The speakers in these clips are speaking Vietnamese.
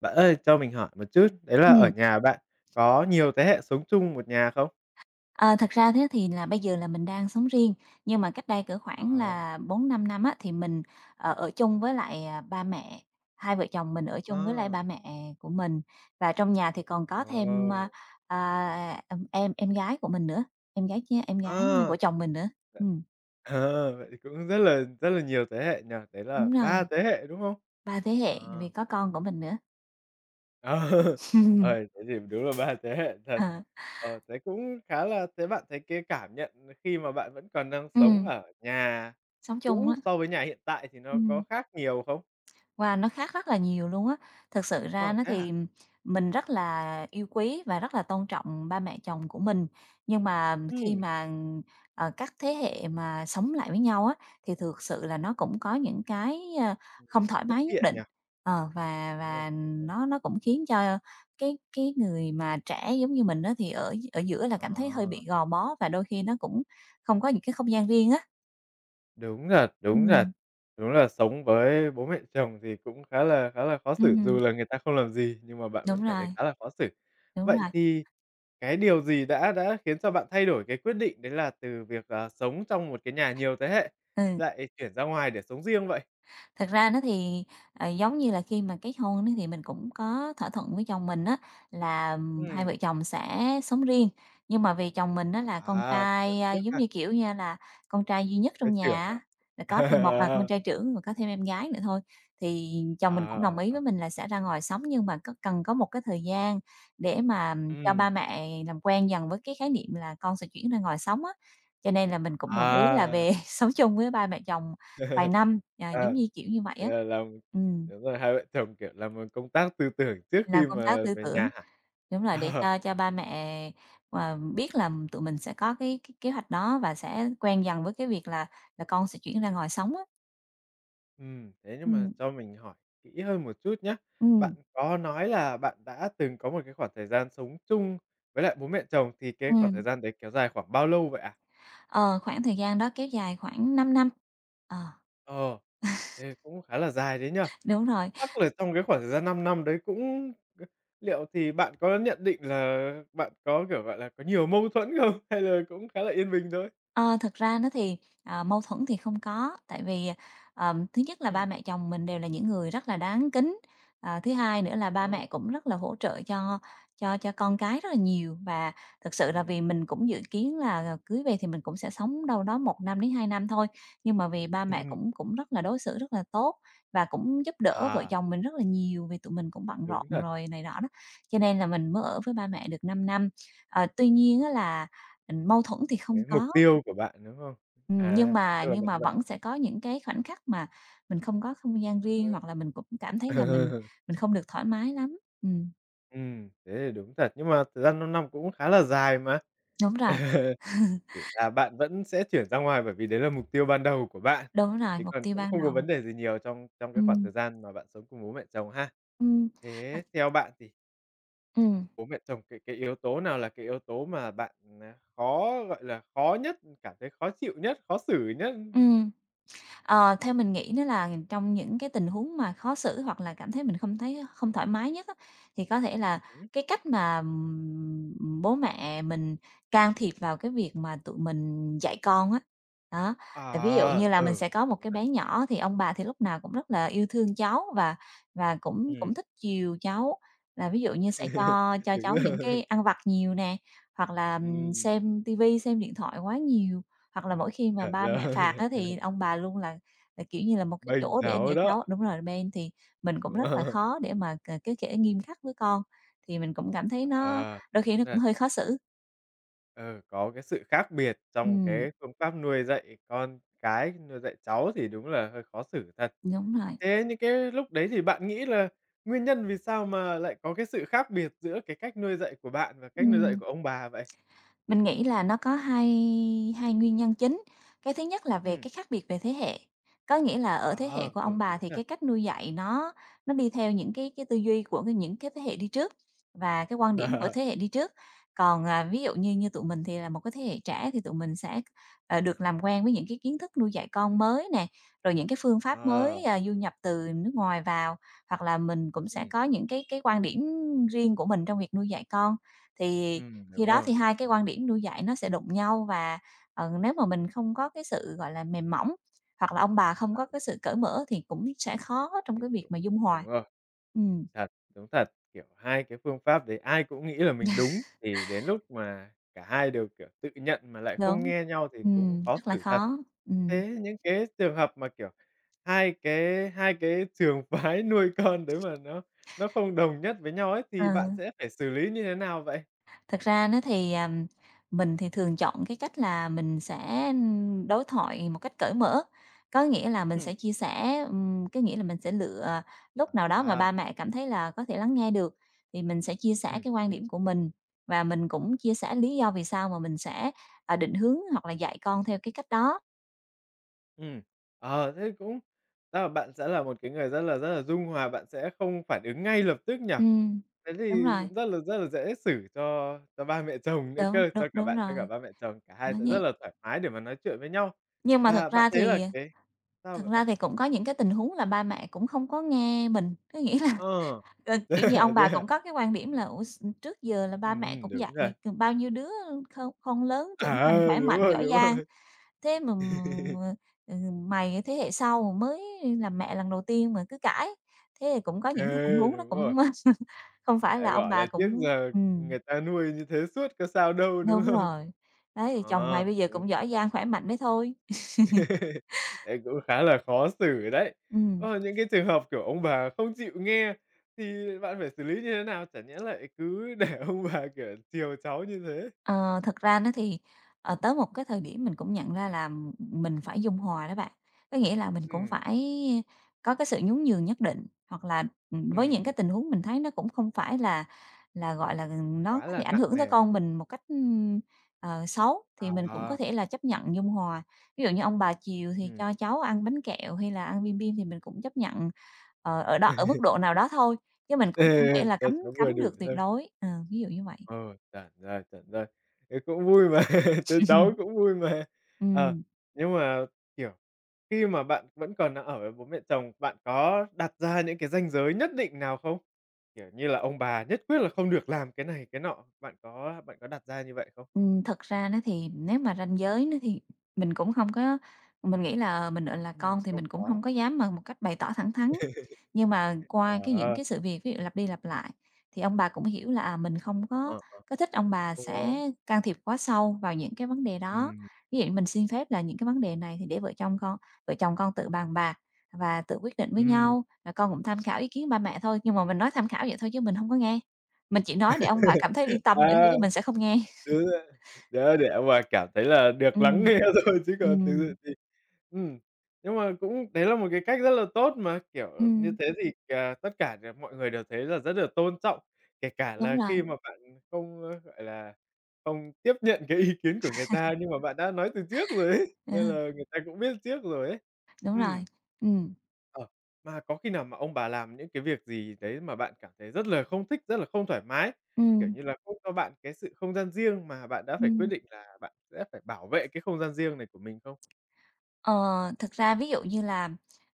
Bạn ơi, cho mình hỏi một chút, đấy là ở Ừm, nhà bạn có nhiều thế hệ sống chung một nhà không? ờ, Thật ra thế thì là bây giờ là mình đang sống riêng, nhưng mà cách đây cỡ khoảng Ờ. là bốn năm năm á, thì mình, ở chung với lại, ba mẹ, hai vợ chồng mình ở chung với lại Ờ. ba mẹ của mình. Và trong nhà thì còn có Ờ. thêm, em gái của mình nữa, em gái ch em gái Ờ. của chồng mình nữa. Ừm, Ờ, vậy thì cũng rất là nhiều thế hệ nhỉ? Đấy là Đúng rồi, 3 thế hệ, đúng không? 3 thế hệ, Ờ. vì có con của mình nữa. Ờ, thế thì đúng là 3 thế hệ thật. Ờ, Ờ, thế cũng khá là thế bạn thấy cái cảm nhận khi mà bạn vẫn còn đang sống ừm, ở nhà Sống chung cũ á, so với nhà hiện tại thì nó có ừm. khác nhiều không? Wow, nó khác rất là nhiều luôn á. Thực sự ra Ờ, nó thế hả? thì mình rất là yêu quý và rất là tôn trọng ba mẹ chồng của mình. Nhưng mà khi Ừm, mà, các thế hệ mà sống lại với nhau á, thì thực sự là nó cũng có những cái, không thoải bất mái nhất tiện nhỉ? định. Ờ, và Đúng rồi. và nó cũng khiến cho cái người mà trẻ giống như mình đó thì ở ở giữa là cảm thấy hơi Ờ, bị gò bó và đôi khi nó cũng không có những cái không gian riêng á. đúng thật, đúng thật. Ừm, Đúng là sống với bố mẹ chồng thì cũng khá là khó xử, dù ừm, là người ta không làm gì, nhưng mà bạn vẫn đúng cảm thấy rồi, khá là khó xử. đúng Vậy rồi. thì cái điều gì đã khiến cho bạn thay đổi cái quyết định đấy là từ việc, ờ, sống trong một cái nhà nhiều thế hệ, Ừ. lại chuyển ra ngoài để sống riêng vậy? Thật ra nó thì, giống như là khi mà kết hôn á thì mình cũng có thỏa thuận với chồng mình á là, hai Ừm. vợ chồng sẽ sống riêng. Nhưng mà vì chồng mình á là con À, giận trai, trước giống ha, như, kiểu như là, con trai duy nhất cái trong nhà trưởng á, hả? là có thêm một con trai trưởng và có thêm em gái nữa thôi, thì chồng mình Ờ, cũng ờ, đồng ý ờ, với mình là sẽ ra ngoài sống nhưng mà có cần có một cái thời gian để mà cho ba ừm, mẹ làm quen dần với cái khái niệm là con sẽ chuyển ra ngoài sống á. Cho nên là mình cũng đồng ý là à. về sống chung với ba mẹ chồng vài năm, giống À, như, kiểu như vậy thế á. là làm Ừm, đúng rồi, hai vợ chồng, kiểu, làm, ờ, công tác tư tưởng trước khi làm công tác mà tư về tưởng, nhà hả? đúng rồi, để Ờ, cho ba mẹ, biết là tụi mình sẽ có cái kế hoạch đó và sẽ quen dần với cái việc là con sẽ chuyển ra ngoài sống á. Thế nhưng mà Ừm, cho mình hỏi kỹ hơn một chút nhá. ừm, Bạn có nói là bạn đã từng có một cái khoảng thời gian sống chung với lại bố mẹ chồng, thì cái khoảng thời ừm. gian đấy kéo dài khoảng bao lâu vậy ạ? Ờ, khoảng thời gian đó kéo dài khoảng 5 năm. Ờ, Ờ, thế cũng khá là dài đấy nhỉ? đúng rồi. Chắc là trong cái khoảng thời gian 5 năm đấy cũng c liệu thì bạn có nhận định là bạn có, kiểu, gọi là, có nhiều mâu thuẫn không? Hay là cũng khá là yên bình thôi? Ờ, thật ra nó thì, mâu thuẫn thì không có, tại vì, thứ nhất là ba Ừm. mẹ chồng mình đều là những người rất là đáng kính, thứ hai nữa là ba mẹ Đó, cũng rất là hỗ trợ cho con cái rất là nhiều. Và thực sự là vì ừm. mình cũng dự kiến là cưới về thì mình cũng sẽ sống đâu đó một năm đến 2 năm thôi, nhưng mà vì ba mẹ cũng cũng rất là đối xử rất là tốt và cũng giúp đỡ vợ À, chồng mình rất là nhiều, vì tụi mình cũng bận rộn đúng thật, rồi này đó đó, cho nên là mình mới ở với ba mẹ được 5 năm. Ờ, tuy nhiên á là, mâu thuẫn thì không cái mục có. tiêu của bạn, đúng không? Ừm, nhưng À, mà tức là nhưng bạn mà vẫn vẫn sẽ có những cái khoảnh khắc mà mình không có không gian xả riêng, hơi. hoặc là mình cũng cảm thấy là mình mình không được thoải mái lắm. Ừm, thế thì đúng thật, nhưng mà thời gian 5 năm cũng khá là dài mà. Đúng rồi, Chỉ là bạn vẫn sẽ chuyển ra ngoài bởi vì đấy là mục tiêu ban đầu của bạn, đúng rồi, thì mục còn tiêu cũng ban không có đầu. vấn đề gì nhiều trong trong cái khoảng Ừm, thời gian mà bạn sống cùng bố mẹ chồng ha. ừm, Thế thật theo bạn thì ừm, bố mẹ chồng cái yếu tố nào là cái yếu tố mà bạn, à, khó, gọi là, khó nhất, cảm thấy khó chịu nhất, khó xử nhất? ừm. Ờ, Theo mình nghĩ nó là trong những cái tình huống mà khó xử hoặc là cảm thấy mình không thấy không thoải mái nhất á, thì có thể là Hứm. cái cách mà, bố mẹ mình can thiệp vào cái việc mà tụi mình dạy con á. Đó, À, là ví dụ như là mình ừ. sẽ có một Đúng cái rồi. bé nhỏ thì ông bà thì lúc nào cũng rất là yêu thương cháu và cũng cũng Ừm. thích chiều cháu, là ví dụ như sẽ cho Đúng cháu những rồi. cái ăn vặt nhiều nè, hoặc là, Ừm, xem tivi xem điện thoại quá nhiều. Hoặc là mỗi khi mà chuẩn ba mẹ phạt rồi, á thì ông bà luôn là, kiểu như là, một cái bênh chỗ để giáo để đó. cháu đúng rồi, bên thì mình cũng Đúng rất là rồi. khó để mà cái kiểu nghiêm khắc với con, thì mình cũng cảm thấy nó À. đôi khi Đúng nó là, cũng hơi khó xử. ừ, có cái sự khác biệt trong Ừm, cái phương pháp nuôi dạy con cái, nuôi dạy cháu thì đúng là hơi khó xử thật. đúng rồi. Thế những cái lúc đấy thì bạn nghĩ là nguyên nhân vì sao mà lại có cái sự khác biệt giữa cái cách nuôi dạy của bạn và cách nuôi dạy Ừm. của ông bà vậy? Mình nghĩ là nó có hai hai nguyên nhân chính. Cái thứ nhất là về Ừm. cái khác biệt về thế hệ, có nghĩa là ở thế hệ À, của ông ừ, bà đúng thì thật. cái cách nuôi dạy nó đi theo những cái tư duy của cái những cái thế hệ đi trước và cái quan điểm của thế hệ đi trước. Còn, ví dụ như như tụi mình thì là một cái thế hệ trẻ thì tụi mình sẽ, được làm quen Ừm. với những cái kiến thức nuôi dạy con mới nè, rồi những cái phương pháp Ờ, mới, du nhập từ nước ngoài vào, hoặc là mình cũng sẽ Ừm, có những cái quan điểm riêng của mình trong việc nuôi dạy con. Thì khi đúng đó rồi, thì hai cái đúng. quan điểm nuôi dạy nó sẽ đụng nhau và, nếu mà mình không có cái sự, gọi là, mềm mỏng, hoặc là ông bà không có cái sự cởi mở thì cũng sẽ khó Thì trong cái việc mà cũng dung đúng hòa. rồi, Ừm, thật, đúng thật, kiểu, hai cái phương pháp đấy ai cũng nghĩ là mình đúng, thì đến lúc mà cả hai đều, kiểu, tự nhận mà lại không đúng. nghe nhau thì cũng khó Rất là xử thật. khó. Ừm, Thế những cái trường hợp mà, kiểu, hai cái trường phái nuôi con đấy mà nó không đồng nhất với nhau ấy, thì bạn ờ. sẽ phải xử lý như thế nào vậy? Thật ra nó thì, mình thì thường chọn cái cách là mình sẽ đối thoại một cách cởi mở, có nghĩa là mình Ừm. sẽ chia sẻ, có nghĩa là mình sẽ lựa lúc nào đó mà À. ba mẹ cảm thấy là có thể lắng nghe được thì mình sẽ chia sẻ cái quan ừm. điểm của mình và mình cũng chia sẻ lý do vì sao mà mình sẽ, định hướng hoặc là dạy con theo cái cách đó. Ừm. Ờ, thế cũng tức là bạn sẽ là một cái người rất là dung hòa, bạn sẽ không phản ứng ngay lập tức nhỉ? Ừm, Thế đúng thì rồi, rất là dễ xử cho ba mẹ chồng nữa đúng, cơ, đúng, cho cả đúng bạn, cho rồi, cả ba mẹ chồng, cả hai nói sẽ rất vậy. là thoải mái để mà nói chuyện với nhau. Nhưng mà thật Và bạn ra thì thấy là cái sao thật vậy bạn? ra thì cũng có những cái tình huống là ba mẹ cũng không có nghe mình, có nghĩa là Ờ, Ờ, kiểu như, thế à, ông thế bà à? cũng có cái quan điểm là "Ủa, trước giờ là ba mẹ cũng Đúng dạy rồi. Bao nhiêu đứa không không lớn, trưởng À, thành, khỏe đúng mạnh, rồi, giỏi đúng giang, rồi. thế mà mày thế hệ sau mới làm mẹ lần đầu tiên mà cứ cãi." Thế thì cũng có những cái tình Ừ, huống nó đúng cũng rồi. không phải là Lại ông bảo là bà trước cũng giờ ừm, người ta nuôi như thế suốt có sao đâu, đúng đúng không? rồi, đấy, thì chồng mày Ờ, bây giờ đúng cũng giỏi giang, khỏe mạnh đấy thôi. Đấy, cũng khá là khó xử đấy. Ừm. Ờ, những cái trường hợp, kiểu, ông bà không chịu nghe thì bạn phải xử lý như thế nào? Chả nhẽ lại cứ để ông bà, kiểu, chiều cháu như thế? Ờ, Thật ra nó thì, tới một cái thời điểm mình cũng nhận ra là mình phải dung hòa đó bạn. Có nghĩa là mình cũng Ừm, phải có cái sự nhún nhường nhất định, hoặc là, với những cái ừm, tình huống mình thấy nó cũng không phải là, gọi là, nó quá có là thể ảnh nặng hưởng tới nề. con mình một cách, xấu, thì mình cũng có À, thể là chấp nhận dung hòa. Ví dụ như ông bà chiều thì ừm. cho cháu ăn bánh kẹo hay là ăn bim bim thì mình cũng chấp nhận, ở mức độ nào đó thôi, chứ mình Ừ, cũng không thể là cho cấm cháu vừa cấm đủ được tuyệt thôi. đối, ví dụ như vậy. Ờ, chuẩn rồi, chuẩn rồi. Thế cũng vui mà, thấy cháu cũng vui mà. ừ Ờ, nhưng mà, kiểu, khi mà bạn vẫn còn đang ở với bố mẹ chồng, bạn có đặt ra những cái ranh giới nhất định nào không? Kiểu như là ông bà nhất quyết là không được làm cái này, cái nọ, bạn có đặt ra như vậy không? Thật ra nó thì nếu mà ranh giới nó thì mình cũng không có mình nghĩ là mình, gọi là, con thì Không mình cũng có. không có dám mà một cách bày tỏ thẳng thắn, nhưng mà Ờ, qua cái những Ờ, cái sự việc ví dụ lặp đi lặp lại thì ông bà cũng hiểu là, mình không có ờ, có thích ông bà không có. sẽ can thiệp quá sâu vào những cái vấn đề đó. Ừm, Ví dụ mình xin phép là những cái vấn đề này thì để vợ chồng con tự bàn bạc và tự quyết định với ừm. nhau, rồi con cũng tham khảo ý kiến ba mẹ thôi. Nhưng mà mình nói tham khảo vậy thôi chứ mình không có nghe, mình chỉ nói để ông bà cảm thấy yên tâm vậy thôi À. chứ mình sẽ không nghe. Đúng rồi. Đó, để mà cảm thấy là được lắng nghe Ừm. rồi chứ còn thực Ừm, sự thì ừm, nhưng mà cũng đấy là một cái cách rất là tốt mà, kiểu, như ừm, thế thì, à, tất cả đều mọi người đều thấy là rất là tôn trọng, kể cả là đúng rồi, khi mà bạn không, ơ, gọi là, không tiếp nhận cái ý kiến của người ta nhưng mà bạn đã nói từ trước rồi ấy, ờ, nên là người ta cũng biết trước rồi ấy. đúng Ừm. rồi, ừm, Ờ, mà có khi nào mà ông bà làm những cái việc gì đấy mà bạn cảm thấy rất là không thích, rất là không thoải mái? Kiểu ừm, như là, không cho bạn cái sự không gian riêng mà bạn đã phải quyết ừm. định là bạn sẽ phải bảo vệ cái không gian riêng này của mình không? Ờ, Thực ra ví dụ như là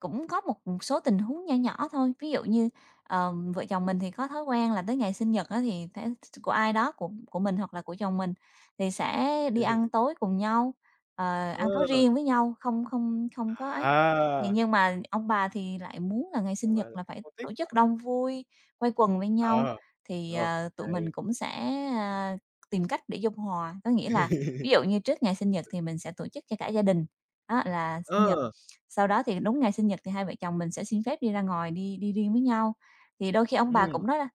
cũng có một số tình huống nhỏ nhỏ thôi, ví dụ như, vợ chồng mình thì có thói quen là tới ngày sinh nhật á thì sẽ của ai đó của mình hoặc là của chồng mình thì sẽ đi ăn tối cùng nhau, Ờ, ăn tối riêng với nhau, không không không có ấy. Thì à, nhưng mà ông bà thì lại muốn là ngày sinh mà nhật là lại phải không thích tổ hả? chức đông vui, quây quần bên nhau, Ờ, thì, rồi, tụi mình hay. cũng sẽ, ờ, tìm cách để dung hòa. Có nghĩa là ví dụ như trước ngày sinh nhật thì mình sẽ tổ chức cho cả gia đình. Á, là sinh nhật. Ờ, Sau đó thì đúng ngày sinh nhật thì hai vợ chồng mình sẽ xin phép đi ra ngoài, đi đi riêng với nhau. Thì đôi khi ông bà ừm, cũng nói là,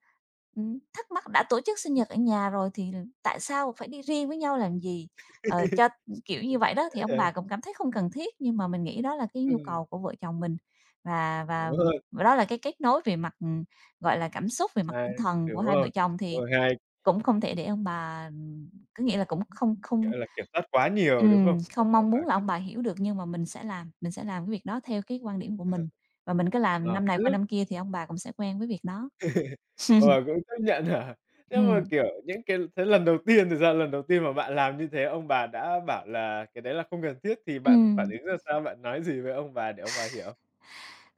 thắc mắc đã tổ chức sinh đúng. nhật ở nhà rồi thì tại sao phải đi riêng với nhau làm gì? Ờ, cho kiểu như Dễ vậy đó, thì ông vậy, bà cũng cảm thấy không cần thiết, nhưng mà mình nghĩ đó là cái nhu ừm, cầu của vợ chồng mình và đúng rồi, và đó là cái kết nối về mặt, gọi là, cảm xúc, về mặt hay, tinh thần của đúng hai vợ rồi, chồng, đúng thì rồi, hay, cũng không thể để ông bà, có nghĩa là cũng không không gọi là, kiểm soát quá nhiều, đúng không? không mong Và muốn là cái ông bà hiểu được, nhưng mà mình sẽ làm cái việc đó theo cái quan điểm của mình, và mình cứ làm ờ, năm này đến qua lúc năm kia thì ông bà cũng sẽ quen với việc đó. Ờ, cũng chấp nhận hả? Nhưng mà, Ừm, kiểu, những cái thế lần đầu tiên thực ra lần đầu tiên mà bạn làm như thế ông bà đã bảo là cái đấy là không cần thiết thì bạn phản ừm, ứng ra sao? Bạn nói gì với ông bà để ông bà hiểu?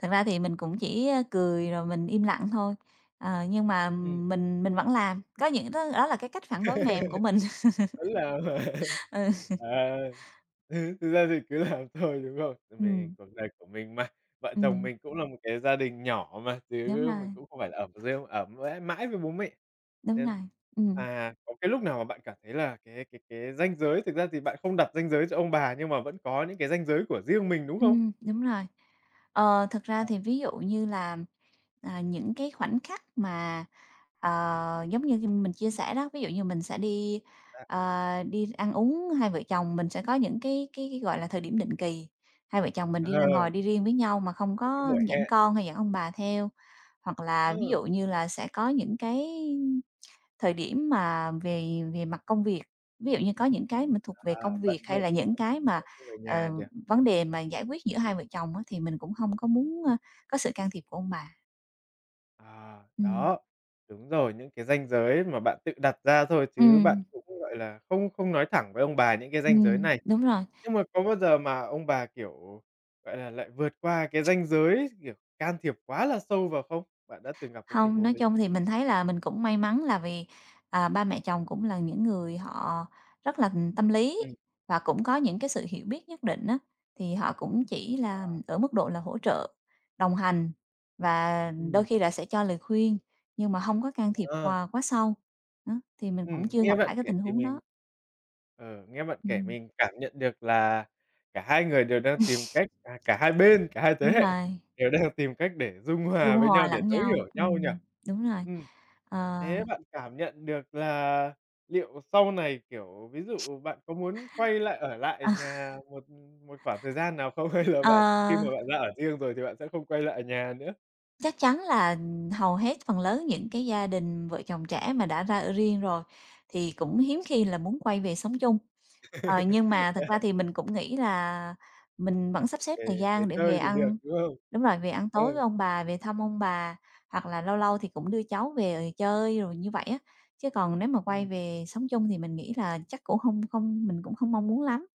thật ra thì mình cũng chỉ, cười rồi mình im lặng thôi, nhưng mà Ừm, mình vẫn làm, có những đó đó là cái cách phản đối mềm của mình. vẫn là Ừ. ờ. Ừ, thực ra thì cứ làm thôi, đúng không? Mình Ừm, cuộc đời của mình mà, vợ chồng ừm, mình cũng là một cái gia đình nhỏ mà, đúng chứ mình rồi, cũng không phải là ở riêng ở mãi mãi với bố mẹ. đúng Nên rồi, ừm. à, có cái lúc nào mà bạn cảm thấy là cái ranh giới thực ra thì bạn không đặt ranh giới cho ông bà, nhưng mà vẫn có những cái ranh giới của riêng mình, đúng không? Đúng rồi. Ờ, thực ra Ờ, thì ví dụ như là, những cái khoảnh khắc mà, ờ, hứm. giống như mình chia sẻ đó, ví dụ như mình sẽ đi, À, đi ăn uống, hai vợ chồng mình sẽ có những cái, gọi là, thời điểm định kỳ, hai vợ chồng mình ờ, đi ra ngồi đi riêng với nhau mà không những cái có buổi dẫn hẹn, con hay dẫn ông bà theo. Hoặc là ví ờ, dụ như là sẽ có những cái thời điểm mà về về mặt công việc, ví dụ như có những cái mà thuộc về à, công bận việc hay rộn, là những xong rồi cái sẽ mà, không về ờ, nhà được. vấn đề mà giải quyết giữa hai vợ chồng á, thì mình cũng không có muốn, có sự can thiệp của ông bà. À, Ừm. đó, đúng rồi, những cái ranh giới mà bạn tự đặt ra thôi chứ bạn Ừm, cũng, gọi là, không không nói thẳng với ông bà những cái ranh giới này. đúng rồi. Nhưng mà có bao giờ mà ông bà, kiểu, gọi là, lại vượt qua cái ranh giới, kiểu, can thiệp quá là sâu vào không? Bạn đã từng gặp cái tình Không, huống nói đấy chung thì mình thấy là mình cũng may mắn là vì, ba mẹ chồng cũng là những người họ rất là tâm lý ừm. và cũng có những cái sự hiểu biết nhất định á, thì họ cũng chỉ là ở mức độ là hỗ trợ, đồng hành và đôi Ừm. khi là sẽ cho lời khuyên, nhưng mà không có can thiệp Ờ, qua quá sâu. Đó, thì mình cũng chưa nghe gặp bạn phải cái kể tình thì huống mình đó. Ừ, nghe bạn kể Ừm. mình cảm nhận được là cả hai người đều đang tìm cách à, cả hai bên, cả hai thế Đúng hệ rồi, đều đang tìm cách để dung hòa dung với nhau, hòa để lẫn thấu nhau. hiểu nhau nhỉ? Đúng rồi. Ừm. Ờ. Thế bạn cảm nhận được là liệu sau này, kiểu, ví dụ bạn có muốn quay lại ở lại Ờ. nhà một một khoảng thời gian nào không? Hay là Ờ. bạn khi mà bạn ra ở riêng rồi thì bạn sẽ không quay lại nhà nữa? Chắc chắn là, hầu hết phần lớn những cái gia đình vợ chồng trẻ mà đã ra ở riêng rồi thì cũng hiếm khi là muốn quay về sống chung. Ờ, nhưng mà thật ra thì mình cũng nghĩ là mình vẫn sắp xếp thời Về về gian để chơi về thì được, ăn, đúng không? đúng rồi, về Ừ. ăn tối Ừ, với ông bà, về thăm ông bà, hoặc là lâu lâu thì cũng đưa cháu về, chơi rồi như vậy á. Chứ còn nếu mà ừ. quay về sống chung thì mình nghĩ là chắc cũng không không mình cũng không mong muốn lắm.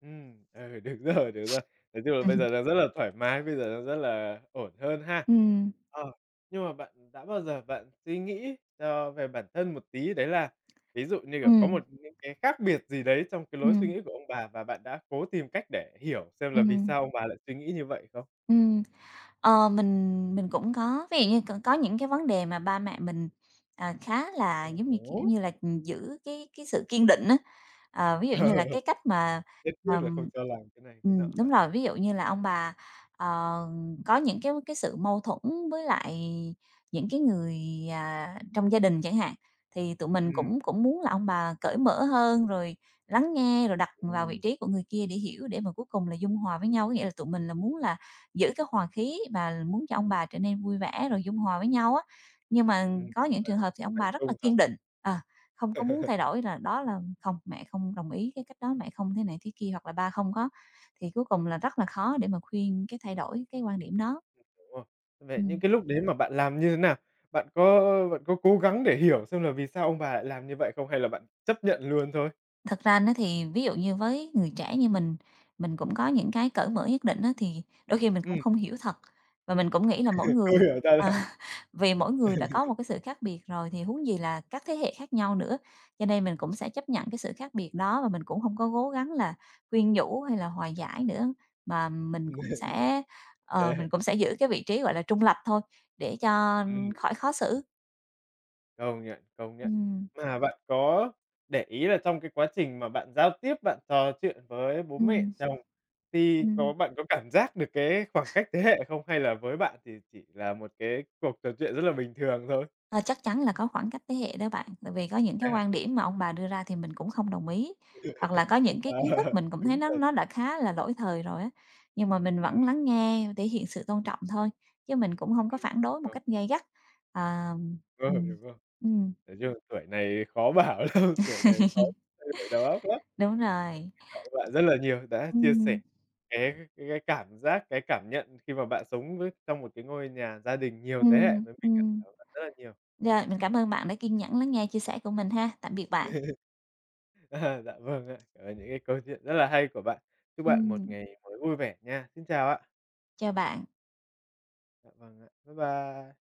Ừ, đúng rồi, đúng rồi. Nói chung là bây giờ đang rất là thoải mái, bây giờ đang rất là ổn hơn ha. Ừm. Ờ, nhưng mà bạn đã bao giờ bạn suy nghĩ cho về bản thân một tí, đấy là ví dụ như, kiểu, có Ừm, một những cái khác biệt gì đấy trong cái lối suy ừm, nghĩ của ông bà và bạn đã cố tìm cách để hiểu xem là ừm, vì ừm, sao ông bà lại suy nghĩ như vậy không? ừm. Ờ, mình cũng có, ví dụ như có những cái vấn đề mà ba mẹ mình, khá là, giống như, kiểu Hứm. như là, giữ cái sự kiên định á. Ờ, ví dụ như là cái Ờ, cách mà nhất quyết mà là không cho làm cái này cái nọ đúng hả? rồi, ví dụ như là ông bà, ờ, có những cái sự mâu thuẫn với lại những cái người, trong gia đình chẳng hạn, thì tụi mình Ừm. cũng cũng muốn là ông bà cởi mở hơn, rồi lắng nghe, rồi đặt vào vị Ừm. trí của người kia để hiểu, để mà cuối cùng là dung hòa với nhau. Có nghĩa là tụi mình là muốn là giữ cái hòa khí và muốn cho ông bà trở nên vui vẻ rồi dung hòa với nhau á. Nhưng mà Ừm, có những trường hợp thì không ông thành bà rất là công hả? kiên định, à, không có muốn thay đổi, là đó là "Không, mẹ không đồng ý cái cách đó, mẹ không thế này thế kia" hoặc là "Ba không có", thì cuối cùng là rất là khó để mà khuyên cái thay đổi cái quan điểm đó. Đúng rồi. Vậy những Ừm. cái lúc đấy mà bạn làm như thế nào? Bạn có bạn có cố gắng để hiểu xem là vì sao ông bà lại làm như vậy không hay là bạn chấp nhận luôn thôi? Thật ra nó thì ví dụ như với người trẻ như mình cũng có những cái cởi mở nhất định á, thì đôi khi mình cũng Ừm, không hiểu thật, và mình cũng nghĩ là mỗi tôi người hiểu ra ờ, là vì mỗi người đã có một cái sự khác biệt rồi thì huống gì là các thế hệ khác nhau nữa, cho nên mình cũng sẽ chấp nhận cái sự khác biệt đó, và mình cũng không có cố gắng là khuyên nhủ hay là hòa giải nữa, mà mình cũng sẽ, yeah, mình cũng sẽ giữ cái vị trí, gọi là, trung lập thôi để cho ừm, khỏi khó ừm, xử. công nhận, công nhận. Ừm, Mà bạn có để ý là trong cái quá trình mà bạn giao tiếp, bạn trò chuyện với bố mẹ ừm, chồng thì có ừm. bạn có cảm giác được cái khoảng cách thế hệ không? Hay là với bạn thì chỉ là một cái cuộc trò chuyện rất là bình thường thôi? Ờ, chắc chắn là có khoảng cách thế hệ đó bạn, tại vì có những cái Thế hả? quan điểm mà ông bà đưa ra thì mình cũng không đồng ý, hoặc là có những cái Ờ, kiến thức mình cũng thấy đúng nó thật. nó đã khá là lỗi thời rồi á, nhưng mà mình Ừm, vẫn lắng nghe thể hiện sự tôn trọng thôi, chứ mình cũng không có ừm, phản đối Đúng một rồi, cách gay gắt. À, đúng rồi, ừm, đúng rồi. ừm. Nói chung tuổi này khó bảo lắm, tuổi này khó thay đổi đầu óc lắm. Đúng rồi. Cảm ơn bạn rất là nhiều đã chia sẻ Ừm, cái cảm giác, cái cảm nhận khi mà bạn sống với trong một cái ngôi nhà gia đình nhiều thế hệ ừm, với mình ạ. ừm. Cảm ơn bạn rất là nhiều. Rồi, mình cảm ơn bạn đã kiên nhẫn lắng nghe chia sẻ của mình ha. Tạm biệt bạn. À, dạ vâng ạ, cảm ơn những cái câu chuyện rất là hay của bạn. Chúc bạn một Ừm, ngày mới vui vẻ nha. Xin chào ạ. chào bạn. Dạ vâng ạ. Bye bye.